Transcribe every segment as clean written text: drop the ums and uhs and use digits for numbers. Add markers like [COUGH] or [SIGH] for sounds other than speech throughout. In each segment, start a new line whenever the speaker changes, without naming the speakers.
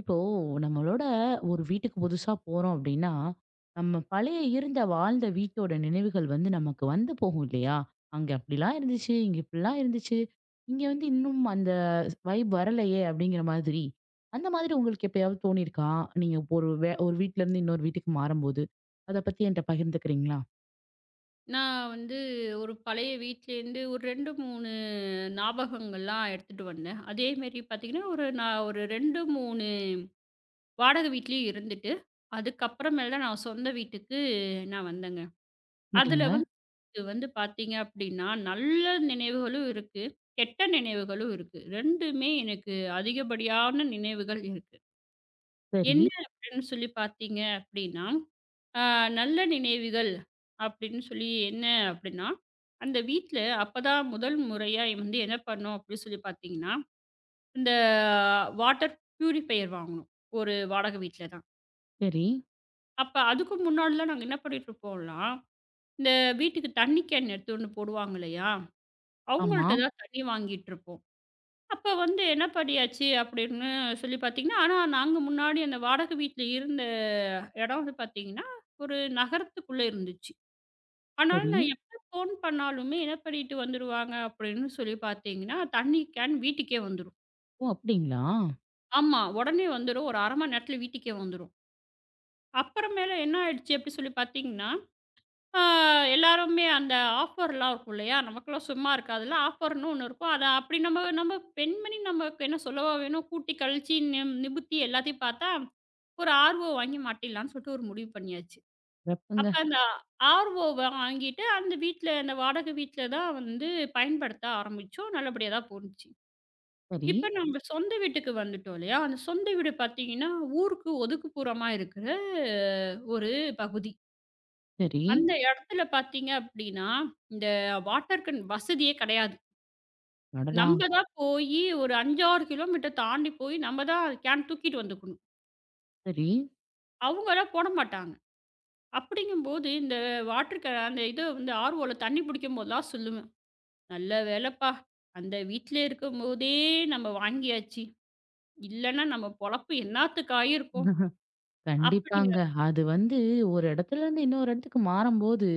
இப்போ நம்மளோட ஒரு வீட்டுக்கு புதுசா போறோம் அப்படின்னா, நம்ம பழைய இருந்த வாழ்ந்த வீட்டோட நினைவுகள் வந்து நமக்கு வந்து போகும் இல்லையா? அங்க அப்படிலாம் இருந்துச்சு, இங்க இப்படிலாம் இருந்துச்சு, இங்க வந்து இன்னும் அந்த வரலையே அப்படிங்கிற மாதிரி. அந்த மாதிரி உங்களுக்கு எப்பயாவது தோணியிருக்கா? நீங்க இப்போ ஒரு வீட்ல இருந்து இன்னொரு வீட்டுக்கு மாறும்போது, அத பத்தி என்கிட்ட பகிர்ந்துக்கிறீங்களா?
நான் வந்து ஒரு பழைய வீட்லேருந்து ஒரு 2, 3 ஞாபகங்கள்லாம் எடுத்துட்டு வந்தேன். அதேமாரி பார்த்தீங்கன்னா, ஒரு நான் ஒரு 2, 3 வாடகை வீட்லயும் இருந்துட்டு, அதுக்கப்புறமேல் தான் நான் சொந்த வீட்டுக்கு நான் வந்தேங்க. அதில
சரிங்க.
வந்து வந்து பார்த்தீங்க அப்டின்னா, நல்ல நினைவுகளும் இருக்கு, கெட்ட நினைவுகளும் இருக்கு. 2மே எனக்கு அதிகப்படியான நினைவுகள் இருக்கு. என்ன
சரி,
அப்படின்னு சொல்லி பார்த்தீங்க அப்படின்னா, அ நல்ல நினைவுகள் அப்படின்னு சொல்லி என்ன அப்படின்னா, அந்த வீட்ல அப்பதான் முதல் முறையா வந்து என்ன பண்ணோம் அப்படின்னு சொல்லி பார்த்தீங்கன்னா, இந்த வாட்டர் பியூரிஃபையர் வாங்குனோம். ஒரு வாடகை வீட்ல தான்.
சரி.
அப்ப அதுக்கு முன்னாடிலாம் நாங்க என்ன பண்ணிட்டு இருப்போம்னா, இந்த வீட்டுக்கு தண்ணி கேன் எடுத்துட்டு வந்து போடுவாங்க இல்லையா?
ஆமா.
அவங்கள்ட்ட தான் தண்ணி வாங்கிட்டு இருப்போம். அப்ப வந்து என்ன படியாச்சு அப்படின்னு சொல்லி பார்த்தீங்கன்னா, ஆனா நாங்க முன்னாடி அந்த வாடகை வீட்ல இருந்த இடம் வந்து பார்த்தீங்கன்னா, ஒரு நகரத்துக்குள்ள இருந்துச்சு. அதனால
சரி.
நான் எப்ப ஃபோன் பண்ணாலுமே என்ன பண்ணிட்டு வந்துருவாங்க அப்படின்னு சொல்லி பார்த்தீங்கன்னா, தண்ணி கேன் வீட்டுக்கே வந்துரும்.
ஓ! அப்படிங்களா?
ஆமா. உடனே வந்துரும். ஒரு 1/2 மணி நேரத்துல வீட்டுக்கே வந்துரும். அப்புறமேல என்ன ஆயிடுச்சு அப்படி சொல்லி பார்த்தீங்கன்னா, ஆ, எல்லாருமே அந்த ஆஃபர்லாம் இருக்கும் இல்லையா? நமக்கெல்லாம் சும்மா இருக்காதுல்ல. ஆஃபர்ன்னு ஒண்ணு இருக்கும். அத அப்படி நம்ம நம்ம பெண்மணி நமக்கு என்ன சொல்லவா வேணும்? கூட்டி கழிச்சு நிமித்தி எல்லாத்தையும் பார்த்தா, ஒரு ஆர்ஓ வாங்கி மாட்டிடலான்னு சொல்லிட்டு ஒரு முடிவு பண்ணியாச்சு.
சிறப்புங்க.
அப்ப அந்த ஆர்ஓ வாங்கிட்டு அந்த வீட்ல அந்த வாடகை வீட்ல தான் வந்து பயன்படுத்த ஆரம்பிச்சோம். நல்லபடியா தான் போணுச்சு.
சரி,
இப்ப நம்ம சொந்த வீட்டுக்கு வந்துட்டோம் இல்லையா? அந்த சொந்த வீடு பார்த்தீங்கன்னா, ஊருக்கு ஒதுக்குப்புறமா இருக்கிற ஒரு பகுதி.
சரி.
அந்த இடத்துல பார்த்தீங்க அப்படின்னா, இந்த வாட்டர் கேன் வசதியே கிடையாது.
அடடா!
நம்ம தான் போயி ஒரு 5, 6 கிலோமீட்டர் தாண்டி போய் நம்ம தான் கேன் தூக்கிட்டு வந்துக்கணும்.
சரி.
அவங்கலாம் போட மாட்டாங்க. அப்படிங்கும்போது இந்த வாட்டர் கேன் அந்த இத வந்து ஆர்வோல தண்ணி பிடிக்கும்போதெல்லாம் சொல்லுவேன். "நல்ல வேலைப்பா, அந்த வீட்ல இருக்கும்போதே நம்ம வாங்கியாச்சு. இல்லன்னா நம்ம பொழப்பு என்னாத்துக்கு ஆயிருக்கும்."
[LAUGHS] கண்டிப்பாங்க.
அப்படிங்கிற
அது வந்து ஒரு இடத்துல இருந்து இன்னொரு இடத்துக்கு மாறும்போது,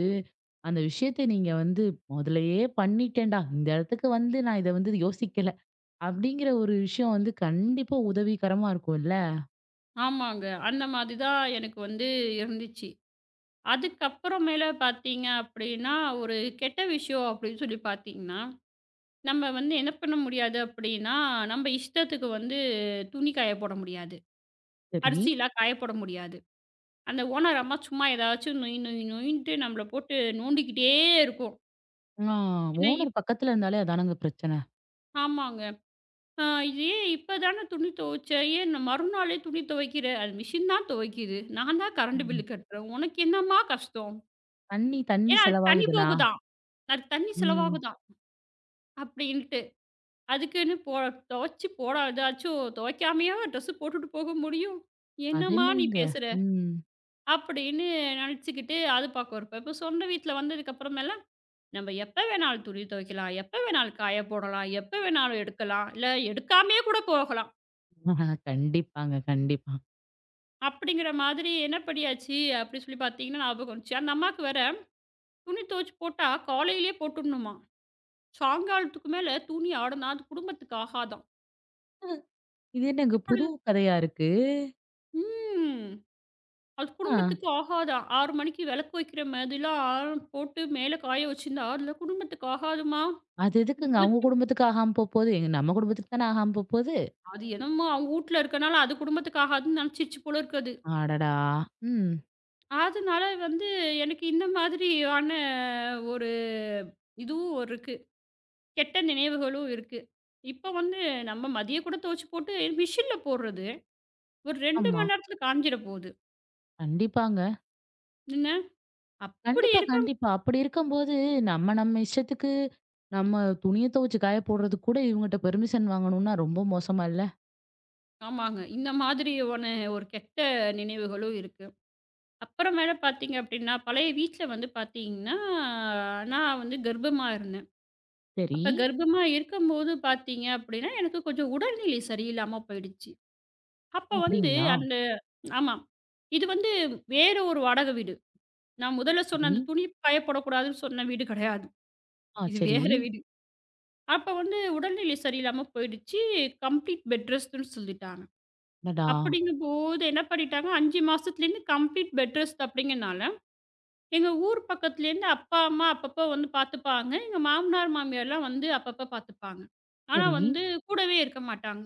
அந்த விஷயத்த நீங்க வந்து "முதல்லயே பண்ணிட்டேன்டா. இந்த இடத்துக்கு வந்து நான் இத வந்து யோசிக்கல." அப்படிங்கிற ஒரு விஷயம் வந்து கண்டிப்பா உதவிகரமா இருக்கும்ல.
ஆமாங்க. அந்த மாதிரி தான் எனக்கு வந்து இருந்துச்சு. அதுக்கப்புறமேல பார்த்தீங்க அப்படின்னா, ஒரு கெட்ட விஷயம் அப்படின்னு சொல்லி பார்த்தீங்கன்னா, நம்ம வந்து என்ன பண்ண முடியாது அப்படின்னா, நம்ம இஷ்டத்துக்கு வந்து துணி காய போட முடியாது.
சரி.
அரிசிலாம் காய போட முடியாது. அந்த ஓனர் அம்மா சும்மா ஏதாச்சும் நொய் நொய் நொயின்ட்டு நம்மள போட்டு நோண்டிக்கிட்டே இருக்கும்.
ஆ,
ஏன்னா இப்
ஓனர் பக்கத்துல இருந்தாலே அதானங்க பிரச்சனை.
ஆமாங்க. "ஆ இது ஏன் இப்ப தானே துணி துவைச்ச? ஏன் நான் மறுநாளே துணி துவைக்கிற? அது மிஷின் தான் துவைக்குது. நான் தான் கரண்ட்
ம்.
பில் கட்டுறேன். உனக்கு என்னம்மா கஷ்டம்?"
தண்ணி தண்ணி
ஏன்னா அதுக்கு தண்ணி
செலவாகுதுனா?
போகுதாம். அதுக்கு தண்ணி
ம்.
செலவாகுதாம் அப்படின்ட்டு. அதுக்குன்னு போ துவைச்சு போடா ஏதாச்சும் துவைக்காமயா ட்ரெஸ்ஸு போட்டுட்டு போக முடியும்?
அது
என்னம்மா நீ
என்னங்க?
பேசுற?
ம்.
அப்படின்னு நினச்சுக்கிட்டு அது பார்க்க இருப்பேன். இப்போ சொந்த வீட்ல வந்ததுக்கப்புறமெல்லாம், நம்ம எப்ப வேணாலும் துணி துவைக்கலாம், எப்ப வேணாலும் காய போடலாம், எப்ப வேணாலும் எடுக்கலாம், இல்ல எடுக்காமயே கூட போகலாம்.
[LAUGHS] கண்டிப்பாங்க, கண்டிப்பா.
அப்படிங்கிற மாதிரி என்ன படியாச்சு அப்படி சொல்லி பார்த்தீங்கன்னா ஞாபகம் வந்துச்சு. அந்த அம்மாவுக்கு வேற துணி துவைச்சு போட்டா காலையிலேயே போட்டுடணுமாம். சாயங்காலத்துக்கு மேல துணி ஆடனா அது குடும்பத்துக்கு ஆகாதாம்.
இது என்னங்க
இப்படி
புது கதையா இருக்கு?
ம். அது
ஆ,
குடும்பத்துக்கு ஆகாதா? 6 மணிக்கு விளக்கு வைக்கிற மாதிரிலாம் ஆரம் போட்டு மேலே காய வச்சிருந்தா, அதுல குடும்பத்துக்கு ஆகாதும்மா.
அது எதுக்குங்க அவங்க
துவைச்சு
குடும்பத்துக்கு ஆகாம போப்போது? எங்க நம்ம குடும்பத்துக்கு தானே ஆகாம போப்போது?
அது என்னமோ அவங்க வூட்ல இருக்கனால அது குடும்பத்துக்கு ஆகாதுன்னு நினச்சிருச்சு போல இருக்கு அது.
அடடா! ம்.
அதனால வந்து எனக்கு இந்த மாதிரியான ஒரு இதுவும் இருக்கு. கெட்ட நினைவுகளும் இருக்கு. இப்ப வந்து நம்ம மதியம் கூட துவைச்சு போட்டு மிஷின்ல போடுறது. ஒரு 2
ஆமா.
மணி நேரத்துல காஞ்சிட போகுது.
கண்டிப்பாங்க.
என்ன? அப்படி
கண்டிப்பா,
இருக்க
கண்டிப்பா. அப்படி இருக்கும்போது, நம்ம நம்ம இஷ்டத்துக்கு நம்ம துணிய துவச்சு காய போடுறதுக்கு கூட இவங்கட்ட பெர்மிஷன் வாங்கணும்னா ரொம்ப மோசமா இல்ல?
ஆமாங்க. இந்த மாதிரியான ஒரு கெட்ட நினைவுகளும் இருக்கு. அப்புறமேல பார்த்தீங்க அப்படின்னா, பழைய வீட்ல வந்து பார்த்தீங்கன்னா, நான் வந்து கர்ப்பமா இருந்தேன்.
சரி.
அப்ப கர்ப்பமா இருக்கும்போது பார்த்தீங்க அப்படின்னா, எனக்கு கொஞ்சம் உடல்நிலை சரியில்லாம போயிடுச்சு. அப்ப
ஓ!
வந்து
அப்படிங்களா?
அந்த ஆமா. இது வந்து வேற ஒரு வாடகை வீடு. நான் முதல்ல சொன்ன
சரி.
அந்த துணி காய போடக்கூடாதுன்னு சொன்ன வீடு கிடையாது.
ஆ,
இது
சரி.
வேற வீடு. அப்ப வந்து உடல்நிலை சரியில்லாம போயிடுச்சு. கம்ப்ளீட் பெட் ரெஸ்ட்ன்னு சொல்லிட்டாங்க.
அடடா!
அப்படிங்கும்போது என்ன பண்ணிட்டாங்க, 5 மாசத்துலேருந்து கம்ப்ளீட் பெட் ரெஸ்ட் அப்படிங்கிறனால எங்க ஊர் பக்கத்துலேருந்து அப்பா, அம்மா அப்பப்போ வந்து பார்த்துப்பாங்க. எங்க மாமனார், மாமியார்லாம் வந்து அப்பப்போ பார்த்துப்பாங்க. ஆனா
சரி.
வந்து கூடவே இருக்க மாட்டாங்க.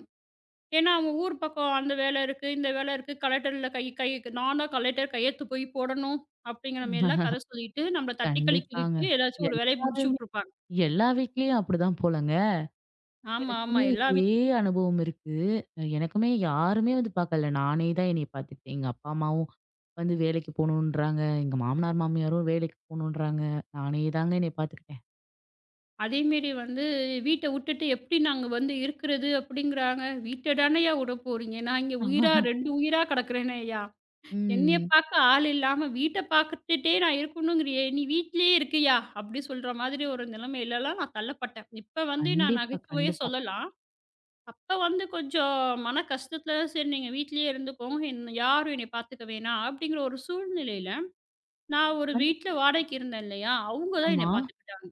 ஏன்னா, அவங்க ஊர் பக்கம் அந்த வேலை இருக்கு, இந்த வேலை இருக்கு. கலெக்டர்ல கை கை நான் தான் கலெக்டர் கையெழுத்து போய் போடணும் அப்படிங்கிற மாரிலாம் கதை சொல்லிட்டு, நம்மள தட்டி
கண்டிப்பாங்க.
கழிக்கிறதுக்கு ஏதாச்சும் ஒரு வேலைய முடிச்சு
எல்லாருமே
விட்டுருப்பாங்க.
எல்லா வீட்லயும் அப்படிதான் போலங்க.
ஆமா, ஆமா.
எனக்குமே
எல்லா வீட்
இதே அனுபவம் இருக்கு. எனக்குமே யாருமே வந்து பார்க்கல. நானே தான் என்னைய பார்த்துக்கிட்டேன். எங்க அப்பா, அம்மாவும் வந்து வேலைக்கு போணுன்றாங்க. எங்க மாமனார், மாமியாரும் வேலைக்கு போணுன்றாங்க. நானே தாங்க என்னைய பார்த்துக்கிட்டேன்.
அதேமாரி வந்து வீட்ட விட்டுட்டு எப்படி நாங்க வந்து இருக்கிறது அப்படிங்கிறாங்க. வீட்ட தானய்யா விட போறீங்க? நான் இங்க உயிரா 2 உயிரா கிடக்கிறேனேய்யா! என்னைய
ம்.
பாக்க ஆள் இல்லாம வீட்ட பாத்துட்டே நான் இருக்கணுங்கிறியே! நீ வீட்லயே இருக்கியா? அப்டி சொல்ற மாதிரி ஒரு நிலைமையிலலாம் நான் தள்ளப்பட்டேன். இப்ப வந்து நான்
கண்டிப்பா,
நகைச்சுவையா
கண்டிப்பா.
சொல்லலாம். அப்ப வந்து கொஞ்சம் மன கஷ்டத்துல, "சரி நீங்க வீட்லயே இருந்துக்கோங்க. என்ன யாரும் என்னைய பாத்துக்க வேணாம்." அப்டிங்கிற ஒரு சூழ்நிலையில நான் ஒரு
கண்டிப்
வீட்ல வாடகைக்கு இருந்தேன் இல்லையா? அவங்க தான்
ஆமா.
என்னைய பாத்துக்கிட்டாங்க.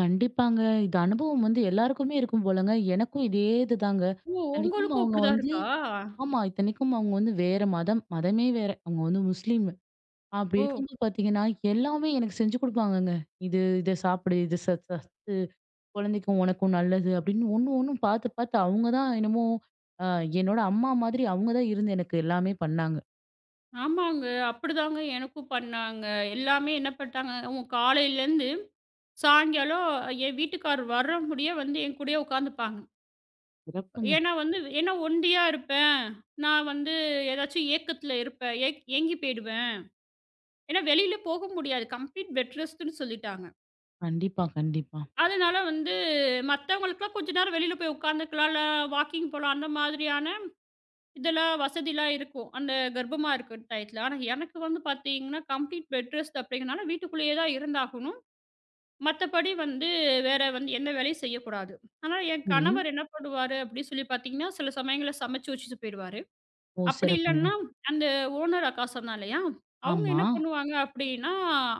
கண்டிப்பாங்க. இது அனுபவம் வந்து எல்லாருக்குமே இருக்கும் போலங்க. எனக்கும் இதே இதுதாங்க.
"ஓ!
இத்தனைக்கும்
உங்களுக்கும்
அவங்க
அப்டிதான்
வந்து
இருக்கா?"
ஆமா. இத்தனைக்கும் அவங்க வந்து வேற மதம். மதமே வேற. அவங்க வந்து முஸ்லீம். அப்படி
"ஓ!
இருக்கும்போது பார்த்தீங்கன்னா, எல்லாமே எனக்கு செஞ்சு குடுப்பாங்கங்க. "இது இத சாப்பிடு, இது சத்து குழந்தைக்கும் உனக்கும் நல்லது" அப்படின்னு ஒண்ணும் பார்த்து பார்த்து அவங்க தான் என்னமோ அ என்னோட அம்மா மாதிரி அவங்க தான் இருந்து எனக்கு எல்லாமே பண்ணாங்க.
ஆமாங்க. அப்டிதாங்க எனக்கும் பண்ணாங்க. எல்லாமே என்ன பண்ட்டாங்க, உன் காலையிலருந்து சாயங்காலம் என் வீட்டுக்காரர் வர்ற முடிய வந்து என் கூடயே உட்காந்துப்பாங்க.
சிறப்புங்க.
ஏன்னா ஒண்டியா இருப்பேன். நான் வந்து ஏதாச்சும் ஏக்கத்துல இருப்பேன். ஏங்கி போயிடுவேன். ஏன்னா வெளியில போக முடியாது. கம்ப்ளீட் பெட் ரெஸ்ட்ன்னு சொல்லிட்டாங்க.
கண்டிப்பா, கண்டிப்பா.
அதனால வந்து மத்தவங்களுக்குலாம் கொஞ்ச நேரம் வெளியில போய் உட்காந்துக்கலாம். இல்ல வாக்கிங் போலாம். அந்த மாதிரியான இதெல்லாம் வசதிலாம் இருக்கும். அந்த கர்ப்பமா இருக்கிற டயத்துல. ஆனா எனக்கு வந்து பார்த்தீங்கன்னா, கம்ப்ளீட் பெட் ரெஸ்ட் அப்படிங்கிறனால வீட்டுக்குள்ளேயே தான் இருந்தாகணும். மத்தபடி வந்து வேற வந்து எந்த வேலையும் செய்யக்கூடாது. ஆனா, என்
சரி.
கணவர் என்ன பண்ணுவாரு அப்படின்னு சொல்லி பார்த்தீங்கன்னா, சில சமயங்கள்ல சமைச்சு வச்சுட்டு போயிருவாரு.
ஓ!
அப்படி
சிறப்புங்க.
இல்லன்னா, அந்த ஓனர் அக்கா சொன்னா இல்லையா? அவங்க
ஆமா.
என்ன பண்ணுவாங்க அப்படின்னா,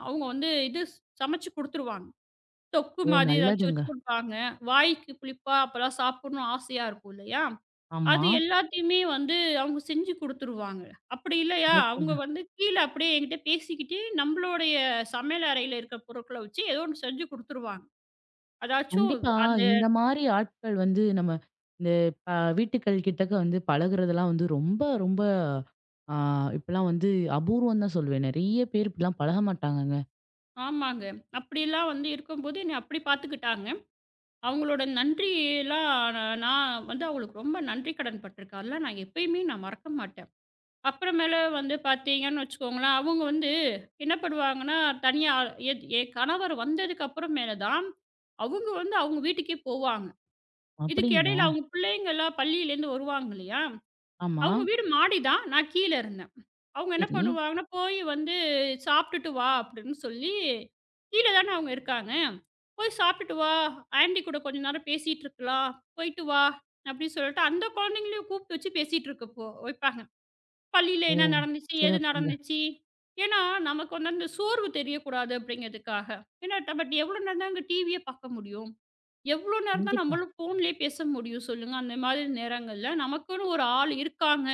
அவங்க வந்து இது சமைச்சு குடுத்துருவாங்க. தொக்கு
ஓ!
மாதிரி ஏதாச்சும்
நல்லதுங்க.
வச்சு குடுப்பாங்க. வாய்க்கு புளிப்பா அப்பலாம் சாப்பிடணும்னு ஆசையா இருக்கும் இல்லையா? அது
ஆமா.
எல்லாத்தையுமே வந்து அவங்க செஞ்சு குடுத்துருவாங்க. அப்படி இல்லையா, அவங்க
சிறப்புங்க.
வந்து கீழ அப்படியே என்கிட்ட பேசிக்கிட்டே, நம்மளுடைய சமையல் அறையில இருக்கிற பொருட்கள வச்சு ஏதோ ஒண்ணு செஞ்சு குடுத்துருவாங்க. அதாச்சும்
கண்டிப்பா.
அந்த
இந்த மாரி ஆட்கள் வந்து நம்ம இந்த ப வீட்டுக்கள் கிட்டக்க வந்து பழகுறதெல்லாம் வந்து ரொம்ப ஆ இப்பலாம் வந்து அபூர்வம் தான் சொல்லுவேன். நெறைய பேர் இப்படிலாம் பழக மாட்டாங்கங்க.
ஆமாங்க. அப்படிலாம் வந்து இருக்கும்போது என்னை அப்படி பார்த்துக்கிட்டாங்க. அவங்களோட நன்றிலாம் நான் நான் வந்து அவங்களுக்கு ரொம்ப நன்றி கடன் பட்டுருக்கேன். அதெல்லாம் நான் எப்பயுமே நான் மறக்க மாட்டேன். அப்புறமேல வந்து பார்த்தீங்கன்னு வச்சுக்கோங்களேன், அவங்க வந்து என்ன பண்ணுவாங்கன்னா, தனியா என் என் கணவர் வந்ததுக்கு அப்புறமேல தான், அவங்க வந்து அவங்க வீட்டுக்கே போவாங்க. இதுக்கு
அப்படிங்களா?
இடையில அவங்க பிள்ளைங்கலாம் பள்ளியிலேருந்து வருவாங்க இல்லையா?
ஆமா.
அவங்க வீடு மாடி தான். நான் கீழ இருந்தேன். அவங்க என்ன
சரி.
பண்ணுவாங்கன்னா, "போய் வந்து சாப்பிட்டுட்டு வா" அப்படின்னு சொல்லி, கீழ தானே அவங்க இருக்காங்க. "போய் சாப்பிட்டுட்டு வா, ஆன்டி கூட கொஞ்ச நேரம் பேசிட்டு இருக்கலாம், போயிட்டு வா" அப்படின்னு சொல்லிட்டு அந்த குழந்தைங்களையும் கூப்பிட்டு வச்சு பேசிட்டு இருக்க போ வைப்பாங்க. பள்ளியில
ஓ!
என்ன நடந்துச்சு, எது
சிறப்புங்க.
நடந்துச்சு. ஏன்னா, நமக்கு வந்து அந்த சோர்வு தெரியக்கூடாது அப்படிங்கிறதுக்காக. ஏன்னா, பட் எவ்வளோ நேரம் தான் அங்க டிவியே பார்க்க முடியும்? எவ்வளோ நேரம் தான்
கண்டிப்பா.
நம்மளும் ஃபோன்லயே பேச முடியும் சொல்லுங்க? அந்த மாதிரி நேரங்கள்ல நமக்குன்னு ஒரு ஆள் இருக்காங்க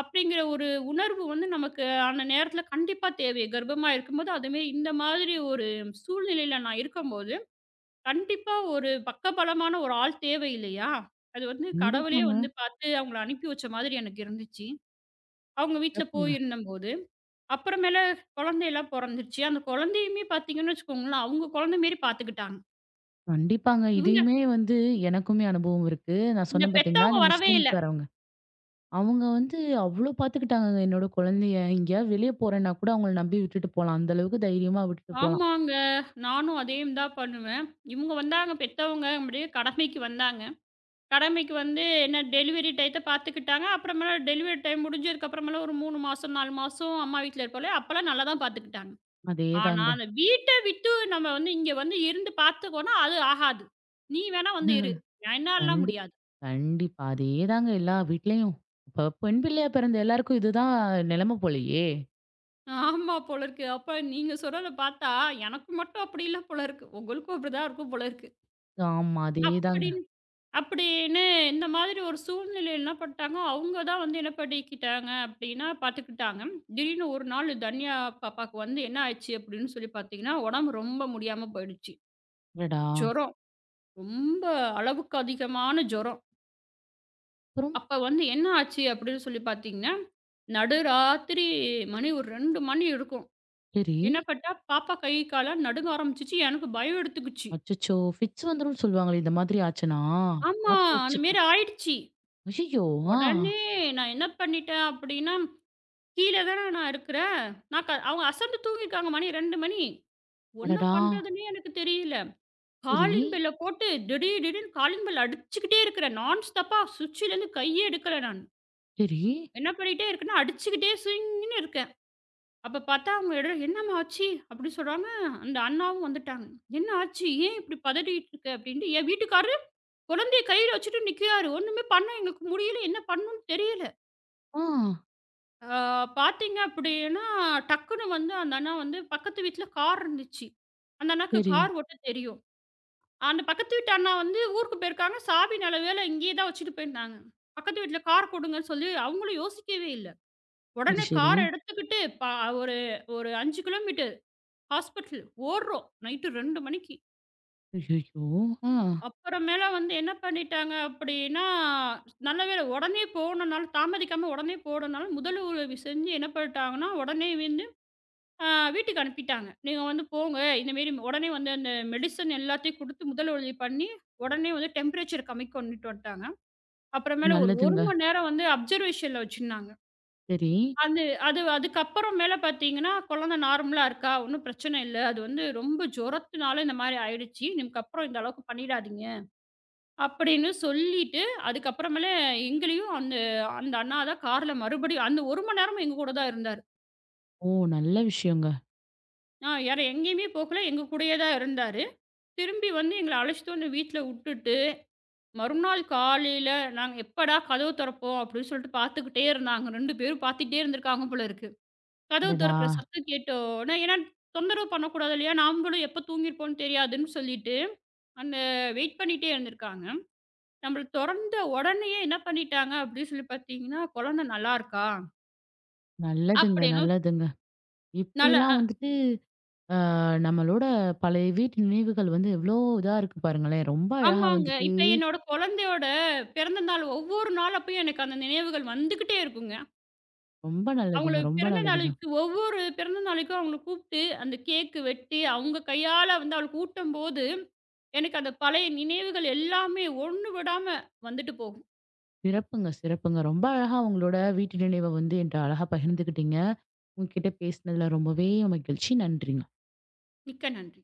அப்படிங்கிற ஒரு உணர்வு வந்து நமக்கு அந்த நேரத்துல கண்டிப்பா தேவை. கர்ப்பமா இருக்கும்போது, அதுமாரி இந்த மாதிரி ஒரு சூழ்நிலையில நான் இருக்கும்போது, கண்டிப்பா ஒரு பக்கபலமான ஒரு ஆள் தேவை இல்லையா? அது வந்து கடவுளே
கண்டிப்பாங்க.
வந்து பார்த்து அவங்கள அனுப்பி வச்ச மாதிரி எனக்கு இருந்துச்சு. அவங்க வீட்ல
சிறப்புங்க.
போயிருந்தம்போது, அப்புறமேல குழந்தையெல்லாம் பொறந்துருச்சு. அந்த குழந்தையுமே பார்த்தீங்கன்னு வச்சுக்கோங்களேன், அவங்க குழந்த மாரி பார்த்துக்கிட்டாங்க.
கண்டிப்பாங்க.
இவங்க
இதையுமே வந்து எனக்குமே அனுபவம் இருக்கு. நான்
இந்த
சொன்னேன் பார்த்தீங்களா,
பெத்தவங்க
அந்த
வரவே இல்ல.
முஸ்லிம்காரவங்க. அவங்க வந்து அவ்ளோ பார்த்துக்கிட்டாங்கங்க என்னோட குழந்தைய. எங்கேயாவது வெளிய போறேன்னா கூட அவங்கள நம்பி விட்டுட்டு போலாம். அந்த அளவுக்கு தைரியமா விட்டுட்டு போலாம்.
ஆமாங்க. நானும் அதேம் தான் பண்ணுவேன். இவங்க வந்தாங்க பெத்தவங்க, அப்படியே கடமைக்கு வந்தாங்க. கடமைக்கு வந்து என்ன டெலிவரி டயத்த பார்த்துக்கிட்டாங்க. அப்புறமேல டெலிவரி டைம் முடிஞ்சதுக்கு அப்புறமேல ஒரு 3 மாசம், 4 மாசம் அம்மா வீட்ல இருப்போம்ல, அப்பலாம் நல்லா தான் பார்த்துக்கிட்டாங்க. ஆனா,
அதேதாங்க.
அந்த வீட்ட விட்டு நம்ம வந்து இங்க வந்து இருந்து பார்த்துக்கோன்னா, அது ஆகாது. நீ வேணா வந்து இரு. என்னாலலாம்
கண்டி
முடியாது.
கண்டிப்பா. அதேதாங்க எல்லா வீட்லயும். இப்ப பெண் பிள்ளையா பிறந்த எல்லாருக்கும் இதுதான் நிலைமை போலயே!
ஆமா போல இருக்கு. அப்ப நீங்க சொல்றத பார்த்தா, எனக்கு மட்டும் அப்படி இல்ல போல இருக்கு. உங்களுக்கும் அப்படிதான் இருக்கும் போல இருக்கு.
ஆமா.
அப்படி
அதேதாங்க.
அப்படின்னு இந்த மாதிரி ஒரு சூழ்நிலையில என்ன பண்ணிட்டாங்க, அவங்க தான் வந்து என்ன பண்ணிக்கிட்டாங்க அப்படின்னா பார்த்துக்கிட்டாங்க. திடீர்னு ஒரு நாள் தன்யா பாப்பாக்கு வந்து என்ன ஆயிடுச்சு அப்படின்னு சொல்லி பார்த்தீங்கன்னா, உடம்பு ரொம்ப முடியாம போயிடுச்சு.
அடடா!
ஜுரம் ரொம்ப அளவுக்கு அதிகமான ஜுரம்.
அப்புறம்
அப்ப வந்து என்ன ஆச்சு அப்படின்னு சொல்லி பார்த்தீங்கன்னா, நடுராத்திரி மணி ஒரு 2 மணி இருக்கும்.
சரி.
என்ன பண்ணிட்டா, பாப்பா கால்லாம் நடுங்க ஆரம்பிச்சுச்சு. எனக்கு பயம் எடுத்துக்குச்சு.
அச்சச்சோ! ஃபிட்ஸ் வந்துரும்ன்னு சொல்லுவாங்களே! இந்த மாதிரி ஆச்சுன்னா?
ஆமா,
பார்த்து
அந்த
வச்சுக்க
மாரி ஆயிடுச்சு.
ஐயய்யோ! ஆ.
உடனே நான் என்ன பண்ணிட்டேன் அப்படின்னா கீழ தானே நான் இருக்கிறேன். நான் க அவங்க அசந்து தூங்கியிருக்காங்க மணி 2 மணி. ஒண்ண
அடடா!
பண்றதுன்னே எனக்கு தெரியல.
சரி,
காலிங் பெல்ல போட்டு திடீர்னு காலிங் பெல் அடிச்சுக்கிட்டே இருக்கிறேன். நான் ஸ்டாப்பா சுவிட்சுலேருந்து கையே எடுக்கல நான்.
சரி.
என்ன பண்ணிட்டே இருக்கேன்னா, அடிச்சுக்கிட்டே சுயின்னு இருக்கேன். அப்ப பார்த்தா அவங்க "என்னம்மா ஆச்சு?" அப்படின்னு சொல்றாங்க. அந்த அண்ணாவும் வந்துட்டாங்க. "என்ன ஆச்சு? ஏன் இப்படி பதறிட்டு இருக்க?" அப்படின்ட்டு என் வீட்டுக்காரரு குழந்தைய கையில வச்சுட்டு நிக்கிறாரு. ஒண்ணுமே பண்ண எங்களுக்கு முடியல. என்ன பண்ணணும்னு தெரியல.
ஆ.
ஆ பார்த்தீங்க அப்படின்னா, டக்குனு வந்து அந்த அண்ணா வந்து பக்கத்து வீட்ல கார் இருந்துச்சு. அந்த அண்ணாக்கு
சரி,
கார் ஓட்ட தெரியும். அந்த பக்கத்து வீட்டு அண்ணா வந்து ஊருக்கு போயிருக்காங்க. சாவி நல்ல வேளை இங்கேயே தான் வச்சுட்டு போயிருந்தாங்க. பக்கத்து வீட்ல கார் கொடுங்கன்னு சொல்லி அவங்களும் யோசிக்கவே இல்ல.
சரி,
உடனே
சரி.
கார் எடுத்துக்கிட்டு ப ஒரு ஒரு 5 கிலோமீட்டர் ஹாஸ்பிட்டல் ஓடுறோம். நைட்டு 2 மணிக்கு.
ஐயய்யோ! ஆ.
அப்புறமேல வந்து என்ன பண்ணிட்டாங்க அப்படின்னா, நல்ல வேளை உடனே போனனால தாமதிக்காம உடனே போனனால முதல் உதவி செஞ்சு என்ன பண்ணிட்டாங்கன்னா, உடனே ஆ வீட்டுக்கு அனுப்பிட்டாங்க. "நீங்க வந்து போங்க. இந்த மாரி உடனே வந்து அந்த மெடிசன் எல்லாத்தையும் குடுத்து முதல் உதவி பண்ணி, உடனே வந்து டெம்பரேச்சர் கம்மி கொண்டுட்டு வந்துட்டாங்க." அப்புறமேல ஒரு 1
நல்லதுங்க.
மணி நேரம் வந்து அப்சர்வேஷன்ல வச்சிருந்தாங்க.
சரி.
அது அது அதுக்கப்புறம் மேல பார்த்தீங்கன்னா, குழந்தை நார்மலா இருக்கா, ஒண்ணும் பிரச்சனை இல்ல. அது வந்து ரொம்ப ஜுரத்தினால இந்த மாரி ஆயிடுச்சு. இதுக்கப்புறம் இந்த அளவுக்கு பண்ணிடாதீங்க. அப்படின்னு சொல்லிட்டு, அதுக்கப்புறமேல எங்களையும் அந்த அந்த அண்ணா தான் கார்ல மறுபடியும் அந்த 1 மணி நேரமும் எங்க கூட தான் இருந்தாரு.
ஓ! நல்ல விஷயங்க.
வேற எங்கேயுமே போகல. எங்க கூடயே தான் இருந்தாரு. திரும்பி வந்து எங்கள அழைச்சிட்டு வந்து வீட்ல உட்டுட்டு, மறுநாள் காலையில நாங்க எப்படா கதவு தொறப்போம் அப்படின்னு சொல்லிட்டு பார்த்துக்கிட்டே இருந்தாங்க. 2 பேரும் பார்த்துட்டே இருந்திருக்காங்க போல இருக்கு. கதவு
அடடா!
தொறக்கிற சத்தம் கேட்டோனே ஏன்னா தொந்தரவு பண்ணக்கூடாது இல்லையா? நாமளும் எப்ப தூங்கியிருப்போம்னு தெரியாதுன்னு சொல்லிட்டு, அந்த வெயிட் பண்ணிட்டே இருந்திருக்காங்க. நம்மள தொறந்த உடனேயே என்ன பண்ணிட்டாங்க அப்படின்னு சொல்லி பார்த்தீங்கன்னா, "குழந்தை நல்லா இருக்கா?"
நல்லதுங்க,
அப்படின்னு
நல்லதுங்க.
நல்லா அ
இப்படிலாம் வந்துட்டு ஆ நம்மளோட பழைய வீட்டு நினைவுகள் வந்து எவ்ளோ இதா இருக்கு பாருங்களேன்! ரொம்ப அழகா
ஆமாங்க.
வந்துட்டு
இப்ப என்னோட குழந்தையோட பிறந்த நாள் ஒவ்வொரு நாள் அப்பயும் எனக்கு அந்த நினைவுகள் வந்துகிட்டே இருக்குங்க.
ரொம்ப
அவங்கள
நல்லதுங்க, ரொம்ப
பிறந்த
நல்லதுங்க.
நாளைக்கு ஒவ்வொரு பிறந்த நாளைக்கும் அவங்கள கூப்பிட்டு, அந்த கேக்கு வெட்டி, அவங்க கையால வந்து அவளுக்கு ஊட்டும்போது, எனக்கு அந்த பழைய நினைவுகள் எல்லாமே ஒண்ணு விடாம வந்துட்டு போகும்.
சிறப்புங்க, சிறப்புங்க. ரொம்ப அழகா உங்களோட வீட்டு நினைவ வந்து என்ட்ட அழகா பகிர்ந்துக்கிட்டீங்க. உங்ககிட்ட பேசினதுல ரொம்பவே மகிழ்ச்சி. நன்றிங்க.
மிக்க நன்றி.